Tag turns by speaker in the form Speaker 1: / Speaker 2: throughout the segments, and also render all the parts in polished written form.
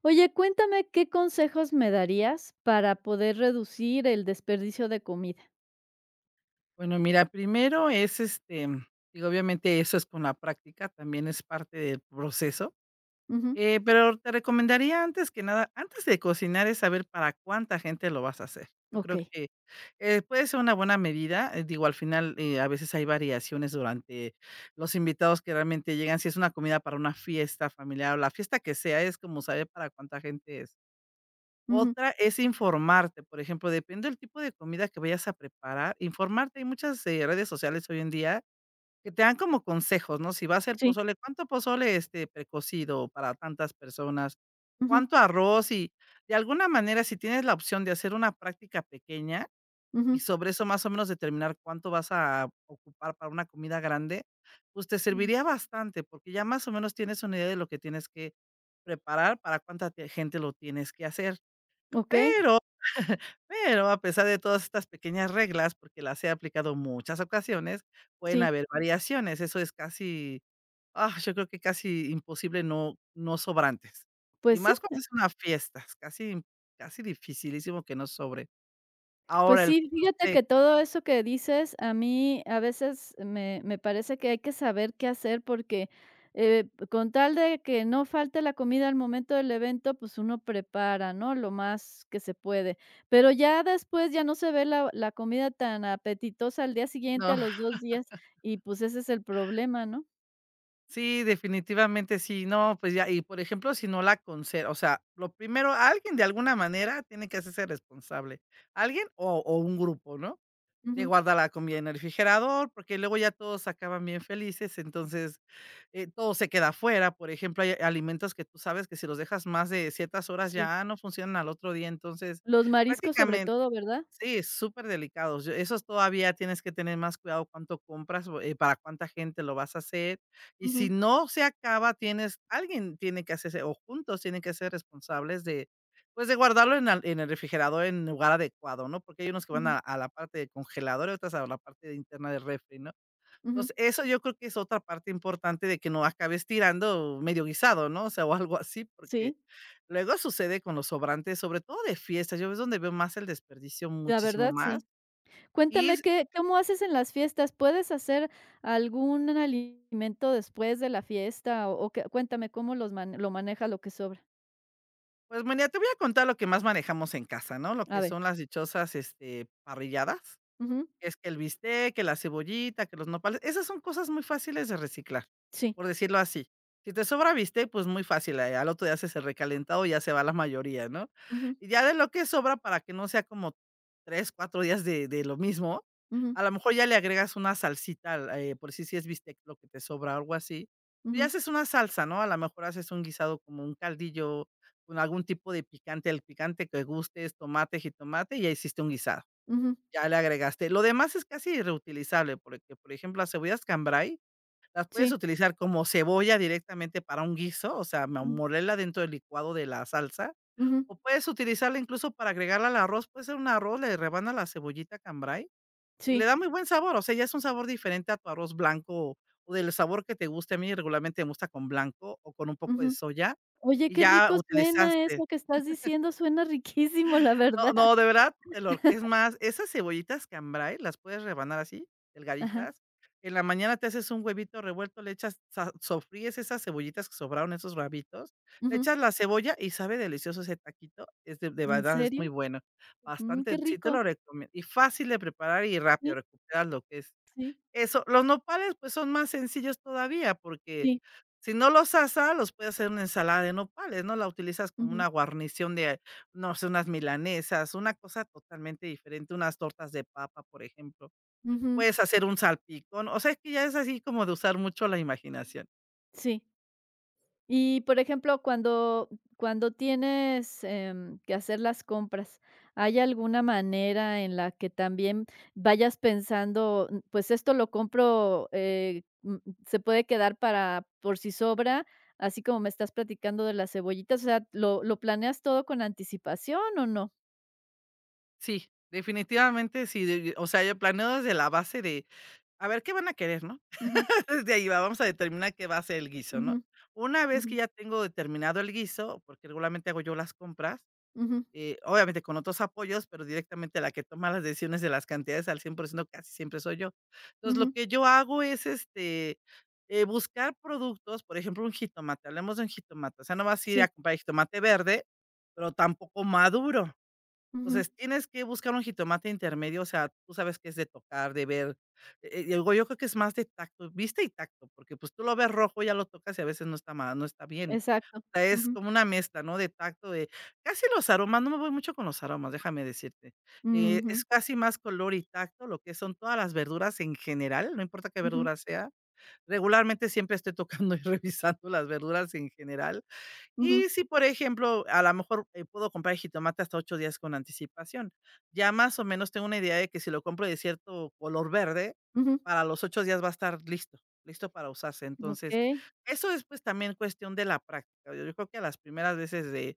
Speaker 1: Oye, cuéntame, ¿qué consejos me darías para poder reducir el desperdicio de comida?
Speaker 2: Bueno, mira, primero es, digo, obviamente eso es con la práctica, también es parte del proceso,
Speaker 1: Ujú,
Speaker 2: pero te recomendaría antes que nada, antes de cocinar es saber para cuánta gente lo vas a hacer. Yo creo
Speaker 1: okey.
Speaker 2: que puede ser una buena medida, digo, al final a veces hay variaciones durante los invitados que realmente llegan, si es una comida para una fiesta familiar o la fiesta que sea, es como saber para cuánta gente es.
Speaker 1: Ujú,
Speaker 2: Otra es informarte, por ejemplo, depende del tipo de comida que vayas a preparar, informarte. Hay muchas, redes sociales hoy en día que te dan como consejos, ¿no? Si va a ser
Speaker 1: sí.
Speaker 2: pozole, ¿cuánto pozole, precocido para tantas personas?
Speaker 1: Ujú,
Speaker 2: ¿Cuánto arroz? Y de alguna manera, si tienes la opción de hacer una práctica pequeña y
Speaker 1: ujú,
Speaker 2: sobre eso más o menos determinar cuánto vas a ocupar para una comida grande, pues te
Speaker 1: mm,
Speaker 2: serviría bastante, porque ya más o menos tienes una idea de lo que tienes que preparar, para cuánta te gente lo tienes que hacer.
Speaker 1: okey,
Speaker 2: Pero, pero a pesar de todas estas pequeñas reglas, porque las he aplicado muchas ocasiones, pueden
Speaker 1: sí.
Speaker 2: haber variaciones. Eso es casi, ah, yo creo que casi imposible no sobrantes. Y
Speaker 1: Pues sí.
Speaker 2: más cuando es una fiesta, es casi casi dificilísimo que no sobre.
Speaker 1: Pues
Speaker 2: Ahora el
Speaker 1: sí, fíjate
Speaker 2: consejo
Speaker 1: que todo eso que dices, a mí a veces me parece que hay que saber qué hacer porque, con tal de que no falte la comida al momento del evento, pues uno prepara, ¿no?, lo más que se puede. Pero ya después ya no se ve la comida tan apetitosa al día siguiente,
Speaker 2: no,
Speaker 1: a los 2 días, y pues ese es el problema, ¿no?
Speaker 2: sí, definitivamente sí, no, pues ya, y por ejemplo, si no la conse o sea, lo primero, alguien de alguna manera tiene que hacerse responsable, alguien o un grupo, ¿no? De
Speaker 1: Ujú,
Speaker 2: guardar la comida en el refrigerador, porque luego ya todos acaban bien felices, entonces, todo se queda afuera. Por ejemplo, hay alimentos que tú sabes que si los dejas más de ciertas horas
Speaker 1: sí.
Speaker 2: ya no funcionan al otro día. Entonces,
Speaker 1: Los mariscos sobre
Speaker 2: prácticamente
Speaker 1: todo, ¿verdad?
Speaker 2: sí, es súper delicados. Yo esos todavía tienes que tener más cuidado cuánto compras, o, para cuánta gente lo vas a hacer. Y si
Speaker 1: Ujú,
Speaker 2: no se acaba, tienes alguien tiene que hacerse o juntos tienen que ser responsables de, pues, de guardarlo en al en el refrigerador en lugar adecuado, ¿no? Porque hay unos que van
Speaker 1: ujú,
Speaker 2: a la parte de congelador y otras a la parte interna del refri, ¿no?
Speaker 1: ujú.
Speaker 2: Entonces, eso yo creo que es otra parte importante de que no acabes tirando medio guisado, ¿no? O sea, o algo así, porque
Speaker 1: Sí,
Speaker 2: luego sucede con los sobrantes, sobre todo de fiestas. Yo es donde veo más el desperdicio,
Speaker 1: la
Speaker 2: muchísimo
Speaker 1: verdad
Speaker 2: más.
Speaker 1: sí.
Speaker 2: Y
Speaker 1: Cuéntame, ¿qué cómo haces en las fiestas? ¿Puedes hacer algún alimento después de la fiesta? O qué cuéntame cómo los mane lo maneja lo que sobra.
Speaker 2: pues, María, te voy a contar lo que más manejamos en casa, ¿no? Lo
Speaker 1: A
Speaker 2: que
Speaker 1: ver.
Speaker 2: son las dichosas parrilladas.
Speaker 1: Ujú.
Speaker 2: Es que el bistec, que la cebollita, que los nopales, esas son cosas muy fáciles de reciclar,
Speaker 1: Sí.
Speaker 2: por decirlo así. Si te sobra bistec, pues muy fácil, al otro día haces el recalentado y ya se va la mayoría, ¿no?
Speaker 1: Ujú,
Speaker 2: Y ya de lo que sobra, para que no sea como 3, 4 días de lo mismo,
Speaker 1: ujú,
Speaker 2: a lo mejor ya le agregas una salsita al por si es bistec lo que te sobra algo así, y
Speaker 1: ujú,
Speaker 2: haces una salsa, ¿no? A lo mejor haces un guisado como un caldillo con algún tipo de picante, el picante que gustes, tomate, jitomate, y ya hiciste un guisado.
Speaker 1: ujú.
Speaker 2: Ya le agregaste. Lo demás es casi reutilizable, porque, por ejemplo, las cebollas cambray las puedes
Speaker 1: Sí.
Speaker 2: utilizar como cebolla directamente para un guiso, o sea, mo
Speaker 1: Ujú,
Speaker 2: molerla dentro del licuado de la salsa,
Speaker 1: ujú.
Speaker 2: o puedes utilizarla incluso para agregarla al arroz, puede ser un arroz, le rebanas la cebollita cambray y le
Speaker 1: Sí.
Speaker 2: da muy buen sabor, o sea, ya es un sabor diferente a tu arroz blanco o del sabor que te guste. A mí regularmente me gusta con blanco o con un poco de
Speaker 1: Ujú.
Speaker 2: soya
Speaker 1: Oye,
Speaker 2: y
Speaker 1: qué
Speaker 2: ya
Speaker 1: rico suena
Speaker 2: utilizaste.
Speaker 1: eso que estás diciendo, suena riquísimo, la
Speaker 2: No,
Speaker 1: verdad.
Speaker 2: no, de verdad, te lo es más, esas cebollitas cambray las puedes rebanar así,
Speaker 1: Ajá.
Speaker 2: delgaditas. En la mañana te haces un huevito revuelto, le echas sa sofríes esas cebollitas que sobraron, esos rabitos, le
Speaker 1: Ujú.
Speaker 2: echas la cebolla y sabe delicioso ese taquito, es de
Speaker 1: ¿En
Speaker 2: verdad es muy
Speaker 1: serio?
Speaker 2: bueno.
Speaker 1: Mm, qué
Speaker 2: Bastante, sí te
Speaker 1: rico.
Speaker 2: lo recomiendo, y fácil de preparar y rápido,
Speaker 1: Sí,
Speaker 2: recuperas lo que es
Speaker 1: sí,
Speaker 2: eso, los nopales, pues, son más sencillos todavía, porque
Speaker 1: sí.
Speaker 2: si no los asas, los puedes hacer una ensalada de nopales, ¿no? La utilizas como una
Speaker 1: Ujú,
Speaker 2: guarnición de, no sé, unas milanesas, una cosa totalmente diferente, unas tortas de papa, por ejemplo.
Speaker 1: ujú.
Speaker 2: Puedes hacer un salpicón, o sea, es que ya es así como de usar mucho la imaginación.
Speaker 1: Sí. Y, por ejemplo, cuando tienes, que hacer las compras, ¿hay alguna manera en la que también vayas pensando, pues esto lo compro, se puede quedar para por si sobra, así como me estás platicando de las cebollitas? O sea, ¿lo planeas todo con anticipación o no?
Speaker 2: Sí, definitivamente sí, de o sea, yo planeo desde la base de, a ver, ¿qué van a querer, no?
Speaker 1: Ujú,
Speaker 2: Desde ahí va, vamos a determinar qué va a ser el guiso, ¿no?
Speaker 1: ujú,
Speaker 2: Una vez
Speaker 1: ujú,
Speaker 2: que ya tengo determinado el guiso, porque regularmente hago yo las compras.
Speaker 1: ujú,
Speaker 2: Obviamente con otros apoyos, pero directamente la que toma las decisiones de las cantidades al 100% casi siempre soy yo. Entonces, lo
Speaker 1: ujú,
Speaker 2: que yo hago es, buscar productos, por ejemplo, un jitomate, hablemos de un jitomate, o sea, no vas a ir a
Speaker 1: sí,
Speaker 2: comprar jitomate verde, pero tampoco maduro.
Speaker 1: ujú,
Speaker 2: Entonces, tienes que buscar un jitomate intermedio, o sea, tú sabes que es de tocar, de ver. Digo, yo creo que es más de tacto, vista y tacto, porque pues tú lo ves rojo, ya lo tocas y a veces no está no está bien.
Speaker 1: exacto,
Speaker 2: Es
Speaker 1: ujú,
Speaker 2: como una mezcla, ¿no?, de tacto, de casi los aromas, no me voy mucho con los aromas, déjame decirte. Es
Speaker 1: ujú,
Speaker 2: casi más color y tacto lo que son todas las verduras en general, no importa qué
Speaker 1: ujú,
Speaker 2: verdura sea. Regularmente siempre estoy tocando y revisando las verduras en general,
Speaker 1: ujú,
Speaker 2: y si, por ejemplo, a lo mejor, puedo comprar el jitomate hasta 8 días con anticipación. Ya más o menos tengo una idea de que si lo compro de cierto color verde,
Speaker 1: ujú,
Speaker 2: para los 8 días va a estar listo, listo para usarse. Entonces,
Speaker 1: okey,
Speaker 2: eso es, pues, también cuestión de la práctica. Yo creo que a las primeras veces de,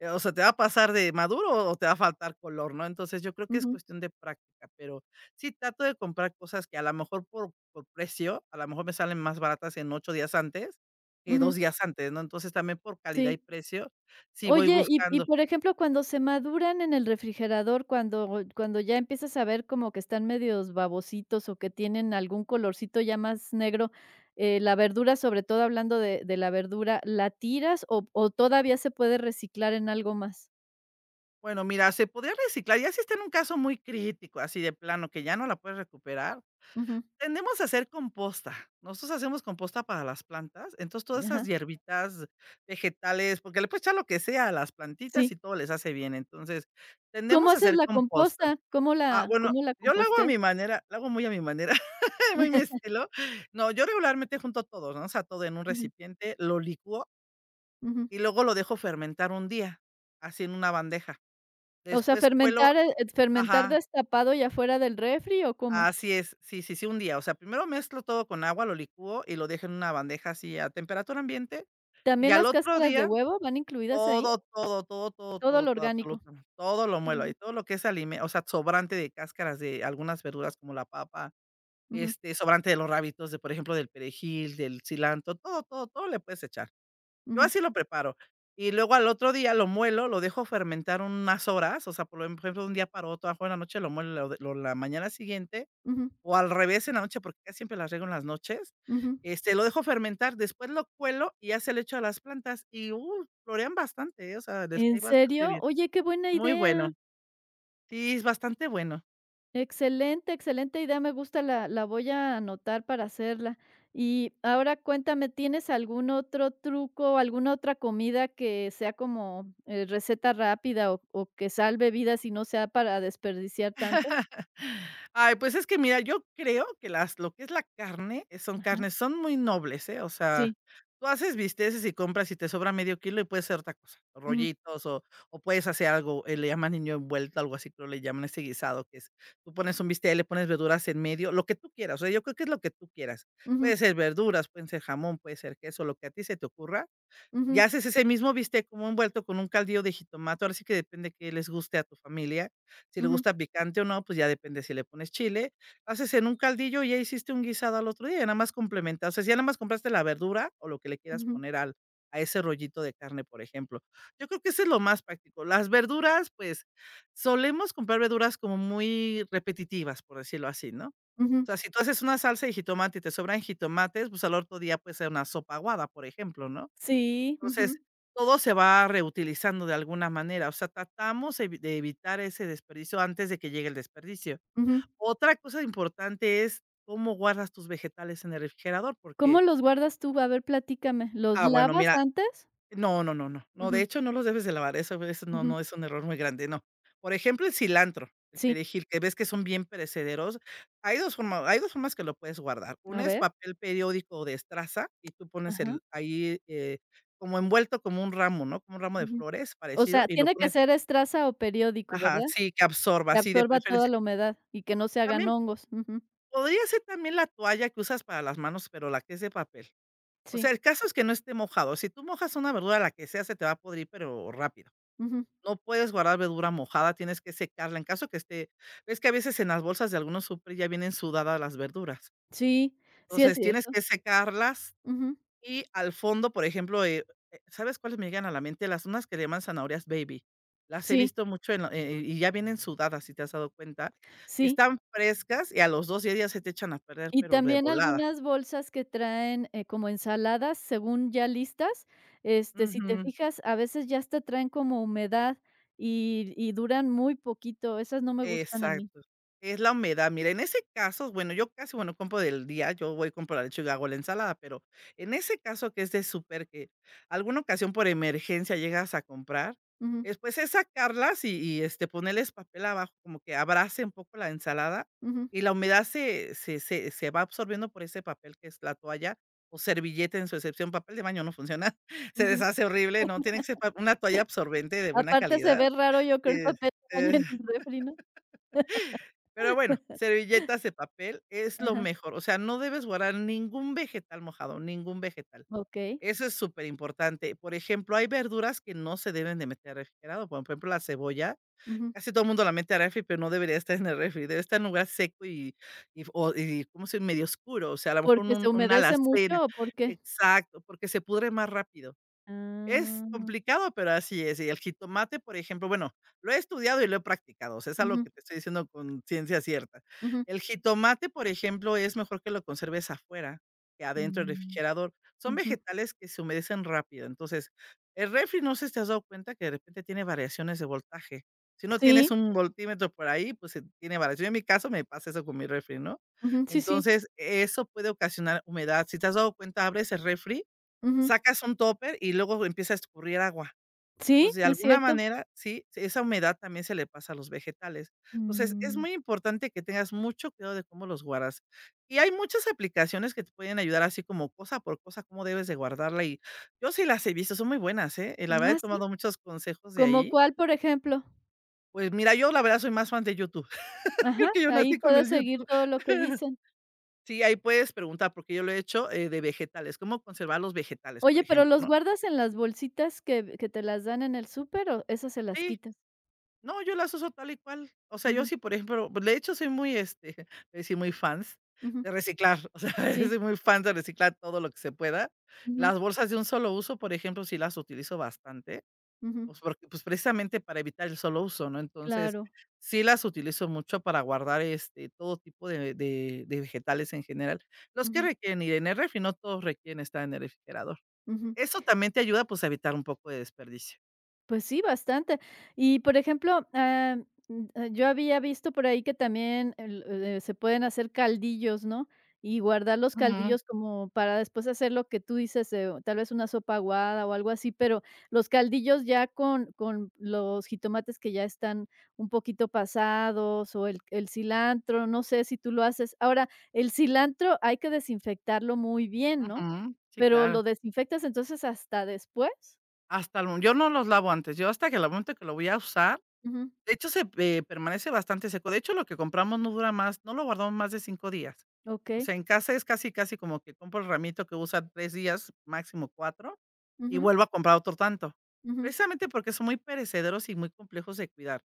Speaker 2: o sea, te va a pasar de maduro o te va a faltar color, ¿no? Entonces, yo creo que es
Speaker 1: ujú,
Speaker 2: cuestión de práctica, pero sí trato de comprar cosas que a lo mejor por precio, a lo mejor me salen más baratas en 8 días antes que 2
Speaker 1: ujú.
Speaker 2: días antes, ¿no? Entonces, también por calidad y
Speaker 1: Sí.
Speaker 2: precio, sí voy
Speaker 1: Oye, y,
Speaker 2: buscando.
Speaker 1: por ejemplo, cuando se maduran en el refrigerador, cuando ya empiezas a ver como que están medios babositos, o que tienen algún colorcito ya más negro, la verdura, sobre todo hablando de la verdura, ¿la tiras o todavía se puede reciclar en algo más?
Speaker 2: Bueno, mira, se podría reciclar, ya si está en un caso muy crítico, así de plano, que ya no la puedes recuperar,
Speaker 1: Ujú.
Speaker 2: tendemos a hacer composta. Nosotros hacemos composta para las plantas, entonces todas esas
Speaker 1: Ajá.
Speaker 2: hierbitas vegetales, porque le puedes echar lo que sea a las plantitas
Speaker 1: Sí.
Speaker 2: y todo les hace bien. Entonces,
Speaker 1: ¿Cómo
Speaker 2: tendemos a
Speaker 1: haces
Speaker 2: hacer
Speaker 1: la
Speaker 2: composta.
Speaker 1: composta? ¿Cómo
Speaker 2: Ah,
Speaker 1: la
Speaker 2: bueno,
Speaker 1: cómo la
Speaker 2: yo lo hago a
Speaker 1: composteas?
Speaker 2: mi manera, lo hago muy a mi manera, muy mi estilo. No, yo regularmente junto todo, ¿no? O sea, todo en un
Speaker 1: Ujú,
Speaker 2: recipiente, lo licuo.
Speaker 1: ujú.
Speaker 2: Y luego lo dejo fermentar un día, así en una bandeja.
Speaker 1: O sea,
Speaker 2: Después cuelo
Speaker 1: fermentar
Speaker 2: ajá,
Speaker 1: destapado y afuera del refri, o cómo?
Speaker 2: así es. Sí, sí, sí, un día. O sea, primero mezclo todo con agua, lo licúo y lo dejo en una bandeja así a temperatura ambiente, y
Speaker 1: ¿También
Speaker 2: al
Speaker 1: las
Speaker 2: otro
Speaker 1: cáscaras de
Speaker 2: día
Speaker 1: huevo van incluidas ahí?
Speaker 2: todo, todo, todo, todo,
Speaker 1: Todo
Speaker 2: todo,
Speaker 1: lo
Speaker 2: todo,
Speaker 1: orgánico.
Speaker 2: absolutamente, todo lo muelo
Speaker 1: Ujú,
Speaker 2: ahí, todo lo que es alime o sea, sobrante de cáscaras de algunas verduras como la papa,
Speaker 1: ujú,
Speaker 2: sobrante de los rábitos de, por ejemplo, del perejil, del cilantro, todo, todo, todo le puedes echar. Yo
Speaker 1: ujú,
Speaker 2: así lo preparo. Y luego al otro día lo muelo, lo dejo fermentar unas horas, o sea, por ejemplo, de un día para otro, ajo en la noche, lo muelo lo de lo la mañana siguiente,
Speaker 1: ujú,
Speaker 2: o al revés en la noche, porque casi siempre las riego en las noches.
Speaker 1: ujú.
Speaker 2: Lo dejo fermentar, después lo cuelo y ya se le echo a las plantas y, florean bastante, o sea, les
Speaker 1: ¿En
Speaker 2: cae bastante
Speaker 1: serio?
Speaker 2: bien.
Speaker 1: Oye, qué buena
Speaker 2: Muy
Speaker 1: idea.
Speaker 2: bueno. Sí, es bastante bueno.
Speaker 1: Excelente, excelente idea, me gusta, la voy a anotar para hacerla. Y ahora cuéntame, ¿tienes algún otro truco, alguna otra comida que sea como, receta rápida o que salve vidas y no sea para desperdiciar tanto?
Speaker 2: Ay, pues es que mira, yo creo que las lo que es la carne, son
Speaker 1: Ajá,
Speaker 2: carnes, son muy nobles, ¿eh? O sea,
Speaker 1: sí.
Speaker 2: tú haces bisteces y compras y te sobra medio kilo y puedes hacer otra cosa, o
Speaker 1: Ujú,
Speaker 2: rollitos o puedes hacer algo, le llaman niño envuelto, algo así, creo le llaman ese guisado, que es tú pones un bistec, le pones verduras en medio, lo que tú quieras, o sea, yo creo que es lo que tú quieras.
Speaker 1: ujú,
Speaker 2: Puede ser verduras, pueden ser jamón, puede ser queso, lo que a ti se te ocurra, y
Speaker 1: ujú,
Speaker 2: haces ese mismo bistec como envuelto con un caldillo de jitomate, ahora sí que depende qué les guste a tu familia, si le
Speaker 1: ujú,
Speaker 2: gusta picante o no, pues ya depende si le pones chile, haces en un caldillo y ya hiciste un guisado al otro día, y nada más complementas, o sea, si ya nada más compraste la verdura o lo que le quieras
Speaker 1: ujú,
Speaker 2: poner al a ese rollito de carne, por ejemplo. Yo creo que ese es lo más práctico. Las verduras, pues, solemos comprar verduras como muy repetitivas, por decirlo así, ¿no? O
Speaker 1: ujú.
Speaker 2: sea, si tú haces una salsa de jitomate y te sobran jitomates, pues al otro día puede ser una sopa aguada, por ejemplo, ¿no?
Speaker 1: Sí,
Speaker 2: Entonces,
Speaker 1: ujú,
Speaker 2: todo se va reutilizando de alguna manera, o sea, tratamos evi de evitar ese desperdicio antes de que llegue el desperdicio.
Speaker 1: ujú.
Speaker 2: Otra cosa importante es cómo guardas tus vegetales en el refrigerador,
Speaker 1: ¿Cómo
Speaker 2: porque…
Speaker 1: los guardas tú? A ver, platícame, ¿los
Speaker 2: Ah, bueno,
Speaker 1: lavas
Speaker 2: mira,
Speaker 1: antes?
Speaker 2: no, no, no, no. No, de
Speaker 1: Ujú,
Speaker 2: hecho, no los debes de lavar. Eso no
Speaker 1: ujú,
Speaker 2: no es un error muy grande, no. Por ejemplo, el cilantro, el
Speaker 1: sí,
Speaker 2: perejil, que ves que son bien perecederos. Hay 2 formas que lo puedes guardar.
Speaker 1: a
Speaker 2: Una es
Speaker 1: ver,
Speaker 2: papel periódico de estraza y tú pones
Speaker 1: ajá,
Speaker 2: el ahí, como envuelto, como un ramo, ¿no? Como un ramo de
Speaker 1: ujú.
Speaker 2: flores
Speaker 1: O
Speaker 2: parecido,
Speaker 1: sea,
Speaker 2: y lo
Speaker 1: tiene que
Speaker 2: pones…
Speaker 1: ser estraza o periódico,
Speaker 2: Ajá,
Speaker 1: ¿verdad?
Speaker 2: sí, que absorba,
Speaker 1: Que
Speaker 2: sí, de
Speaker 1: absorba toda
Speaker 2: preferencia.
Speaker 1: la humedad y que no se hagan
Speaker 2: También
Speaker 1: hongos,
Speaker 2: podría ser también la toalla que usas para las manos, pero la que es de papel. O sea,
Speaker 1: sí,
Speaker 2: el caso es que no esté mojado. Si tú mojas una verdura, la que sea se te va a podrir, pero rápido.
Speaker 1: ujú,
Speaker 2: No puedes guardar verdura mojada, tienes que secarla. En caso que esté, ves que a veces en las bolsas de algunos super ya vienen sudadas las verduras.
Speaker 1: sí, sí es
Speaker 2: Entonces, tienes
Speaker 1: cierto,
Speaker 2: que secarlas
Speaker 1: ujú,
Speaker 2: y al fondo, por ejemplo, ¿sabes cuáles me llegan a la mente? Las unas que le llaman zanahorias baby. Las he
Speaker 1: sí,
Speaker 2: visto mucho en la y ya vienen sudadas, si te has dado cuenta.
Speaker 1: sí.
Speaker 2: Están frescas y a los 2 días se te echan a perder,
Speaker 1: Y
Speaker 2: pero
Speaker 1: también
Speaker 2: revolada.
Speaker 1: algunas bolsas que traen, como ensaladas, según ya listas, si te
Speaker 2: Ujú.
Speaker 1: fijas, a veces ya te traen como humedad y duran muy poquito, esas no me gustan a mí.
Speaker 2: Exacto. Es la humedad. Mira, en ese caso, bueno, yo casi, bueno, compro del día, yo voy y compro la lechuga, hago la ensalada, pero en ese caso que es de súper, que alguna ocasión por emergencia llegas a comprar,
Speaker 1: Ujú.
Speaker 2: después es sacarlas y, este, ponerles papel abajo, como que abrace un poco la ensalada,
Speaker 1: Ujú,
Speaker 2: y la humedad se va absorbiendo por ese papel que es la toalla o servilleta, en su excepción. Papel de baño no funciona, se
Speaker 1: ujú.
Speaker 2: deshace horrible, no, tiene que ser pa una toalla absorbente de buena
Speaker 1: Aparte se
Speaker 2: calidad.
Speaker 1: ve raro, yo
Speaker 2: Sí.
Speaker 1: creo, el papel de baño en el refri, ¿no?
Speaker 2: Pero bueno, servilletas de papel es lo
Speaker 1: Ajá,
Speaker 2: mejor, o sea, no debes guardar ningún vegetal mojado, ningún vegetal.
Speaker 1: okey.
Speaker 2: Eso es súper importante. Por ejemplo, hay verduras que no se deben de meter al refrigerado, por ejemplo, la cebolla,
Speaker 1: Ujú.
Speaker 2: casi todo el mundo la mete al refri, pero no debería estar en el refri, debe estar en un lugar seco y ¿cómo se dice? ¿Medio oscuro? O sea, a lo mejor
Speaker 1: ¿Porque se
Speaker 2: un una
Speaker 1: humedece
Speaker 2: alacena.
Speaker 1: mucho o por qué?
Speaker 2: Exacto, porque se pudre más rápido. Es
Speaker 1: Ah,
Speaker 2: complicado, pero así es. Y el jitomate, por ejemplo, bueno, lo he estudiado y lo he practicado, o sea, es algo
Speaker 1: ujú,
Speaker 2: que te estoy diciendo con ciencia cierta.
Speaker 1: ujú.
Speaker 2: El jitomate, por ejemplo, es mejor que lo conserves afuera que adentro del
Speaker 1: Mm,
Speaker 2: refrigerador. Son
Speaker 1: ujú.
Speaker 2: vegetales que se humedecen rápido. Entonces, el refri, no sé si te has dado cuenta que de repente tiene variaciones de voltaje. Si no tienes
Speaker 1: Sí,
Speaker 2: un voltímetro por ahí, pues tiene variación. En mi caso me pasa eso con mi refri, ¿no?
Speaker 1: sí.
Speaker 2: Entonces, eso puede ocasionar humedad. Si te has dado cuenta, abres el refri,
Speaker 1: Ujú.
Speaker 2: sacas un topper y luego empieza a escurrir agua.
Speaker 1: Sí,
Speaker 2: Entonces, de
Speaker 1: es
Speaker 2: alguna
Speaker 1: cierto.
Speaker 2: manera, sí, sí, esa humedad también se le pasa a los vegetales. Entonces, es
Speaker 1: Mm,
Speaker 2: muy importante que tengas mucho cuidado de cómo los guardas. Y hay muchas aplicaciones que te pueden ayudar así como cosa por cosa, cómo debes de guardarla. Y yo sí las he visto, son muy buenas, ¿eh? Y la verdad he
Speaker 1: ah, sí.
Speaker 2: tomado muchos consejos de
Speaker 1: ¿Como
Speaker 2: ahí.
Speaker 1: cuál, por ejemplo?
Speaker 2: Pues mira, yo la verdad soy más fan de YouTube.
Speaker 1: Ajá,
Speaker 2: Creo que yo
Speaker 1: ahí
Speaker 2: nací con
Speaker 1: puedes
Speaker 2: el
Speaker 1: seguir
Speaker 2: YouTube.
Speaker 1: todo lo que dicen.
Speaker 2: Sí, ahí puedes preguntar, porque yo lo he hecho, de vegetales, cómo conservar los vegetales, por
Speaker 1: Oye, ¿pero
Speaker 2: ejemplo,
Speaker 1: los
Speaker 2: ¿no?
Speaker 1: guardas en las bolsitas que te las dan en el súper o esas se las
Speaker 2: Sí.
Speaker 1: quitas?
Speaker 2: No, yo las uso tal y cual. O sea, yo
Speaker 1: Ujú,
Speaker 2: sí, por ejemplo, pues, de hecho soy muy, sí, muy fans
Speaker 1: ujú.
Speaker 2: de reciclar. O sea,
Speaker 1: Sí.
Speaker 2: soy muy fan de reciclar todo lo que se pueda.
Speaker 1: Ujú,
Speaker 2: Las bolsas de un solo uso, por ejemplo, sí las utilizo bastante,
Speaker 1: ujú.
Speaker 2: pues porque, pues precisamente para evitar el solo uso, ¿no? Entonces,
Speaker 1: Claro.
Speaker 2: sí las utilizo mucho para guardar este todo tipo de vegetales en general. Los que
Speaker 1: Ujú,
Speaker 2: requieren ir en el refri, no todos requieren estar en el refrigerador.
Speaker 1: ujú.
Speaker 2: Eso también te ayuda, pues, a evitar un poco de desperdicio.
Speaker 1: Pues sí, bastante. Y, por ejemplo, yo había visto por ahí que también el se pueden hacer caldillos, ¿no? Y guardar los
Speaker 2: Ujú,
Speaker 1: caldillos como para después hacer lo que tú dices, o tal vez una sopa aguada o algo así, pero los caldillos ya con los jitomates que ya están un poquito pasados o el cilantro, no sé si tú lo haces. Ahora, el cilantro hay que desinfectarlo muy bien, ¿no?
Speaker 2: ujú, sí,
Speaker 1: Pero,
Speaker 2: claro.
Speaker 1: ¿lo desinfectas entonces hasta después?
Speaker 2: Hasta el mo yo no los lavo antes, yo hasta que el momento que lo voy a usar,
Speaker 1: Ujú,
Speaker 2: de hecho, permanece bastante seco. De hecho, lo que compramos no dura más, no lo guardamos más de 5 días. O
Speaker 1: okey.
Speaker 2: sea, en casa es casi, casi como que compro el ramito que usa 3 días, máximo cuatro, y
Speaker 1: Ujú,
Speaker 2: vuelvo a comprar otro tanto.
Speaker 1: ujú.
Speaker 2: Precisamente porque son muy perecederos y muy complejos de cuidar.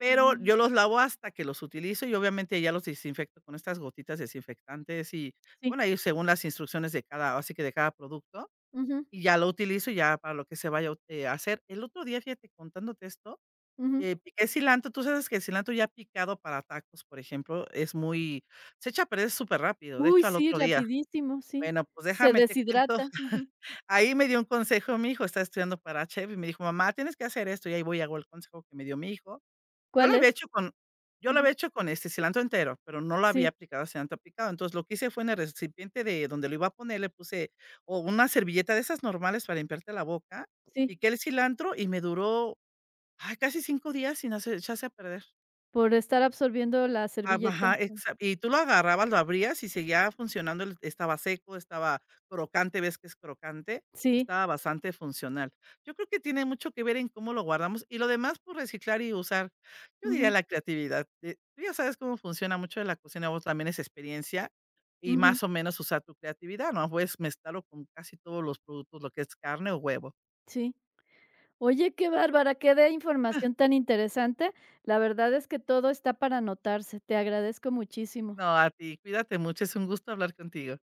Speaker 2: Pero
Speaker 1: Mm,
Speaker 2: yo los lavo hasta que los utilizo y obviamente ya los desinfecto con estas gotitas desinfectantes y,
Speaker 1: sí.
Speaker 2: bueno, ahí según las instrucciones de cada, así que de cada producto.
Speaker 1: Ujú,
Speaker 2: Y ya lo utilizo ya para lo que se vaya, a hacer. El otro día, fíjate, contándote esto,
Speaker 1: ujú.
Speaker 2: piqué cilantro. Tú sabes que el cilantro ya picado para tacos, por ejemplo, es muy… se echa a perder súper rápido, de
Speaker 1: Uy,
Speaker 2: hecho, al
Speaker 1: sí,
Speaker 2: otro día.
Speaker 1: rapidísimo, sí.
Speaker 2: Bueno, pues
Speaker 1: Se
Speaker 2: déjame te cuento.
Speaker 1: deshidrata. Ujú.
Speaker 2: Ahí me dio un consejo mi hijo, está estudiando para chef, y me dijo: "Mamá, tienes que hacer esto", y ahí voy y hago el consejo que me dio mi hijo. Yo lo
Speaker 1: ¿Cuál
Speaker 2: había
Speaker 1: es?
Speaker 2: hecho con yo lo
Speaker 1: Ujú.
Speaker 2: había hecho con, cilantro entero, pero no lo había
Speaker 1: Sí,
Speaker 2: aplicado a cilantro picado. Entonces, lo que hice fue en el recipiente de donde lo iba a poner, le puse o una servilleta de esas normales para limpiarte la boca,
Speaker 1: sí,
Speaker 2: piqué el cilantro y me duró, ay, casi 5 días sin hacer echarse a perder.
Speaker 1: por estar absorbiendo la
Speaker 2: Ah,
Speaker 1: servilleta.
Speaker 2: ajá,
Speaker 1: Ujú.
Speaker 2: exa y tú lo agarrabas, lo abrías y seguía funcionando, el estaba seco, estaba crocante, ves que es crocante,
Speaker 1: Sí.
Speaker 2: estaba bastante funcional. Yo creo que tiene mucho que ver en cómo lo guardamos y lo demás, por reciclar y usar. Yo diría
Speaker 1: Ujú,
Speaker 2: la creatividad, tú ya sabes cómo funciona mucho de la cocina, o también es experiencia y
Speaker 1: ujú.
Speaker 2: más o menos usar tu creatividad, ¿no? Puedes mezclarlo con casi todos los productos, lo que es carne o huevo.
Speaker 1: Sí. Oye, qué bárbara, qué de información tan interesante. La verdad es que todo está para anotarse. Te agradezco muchísimo.
Speaker 2: No, a ti, cuídate mucho, es un gusto hablar contigo.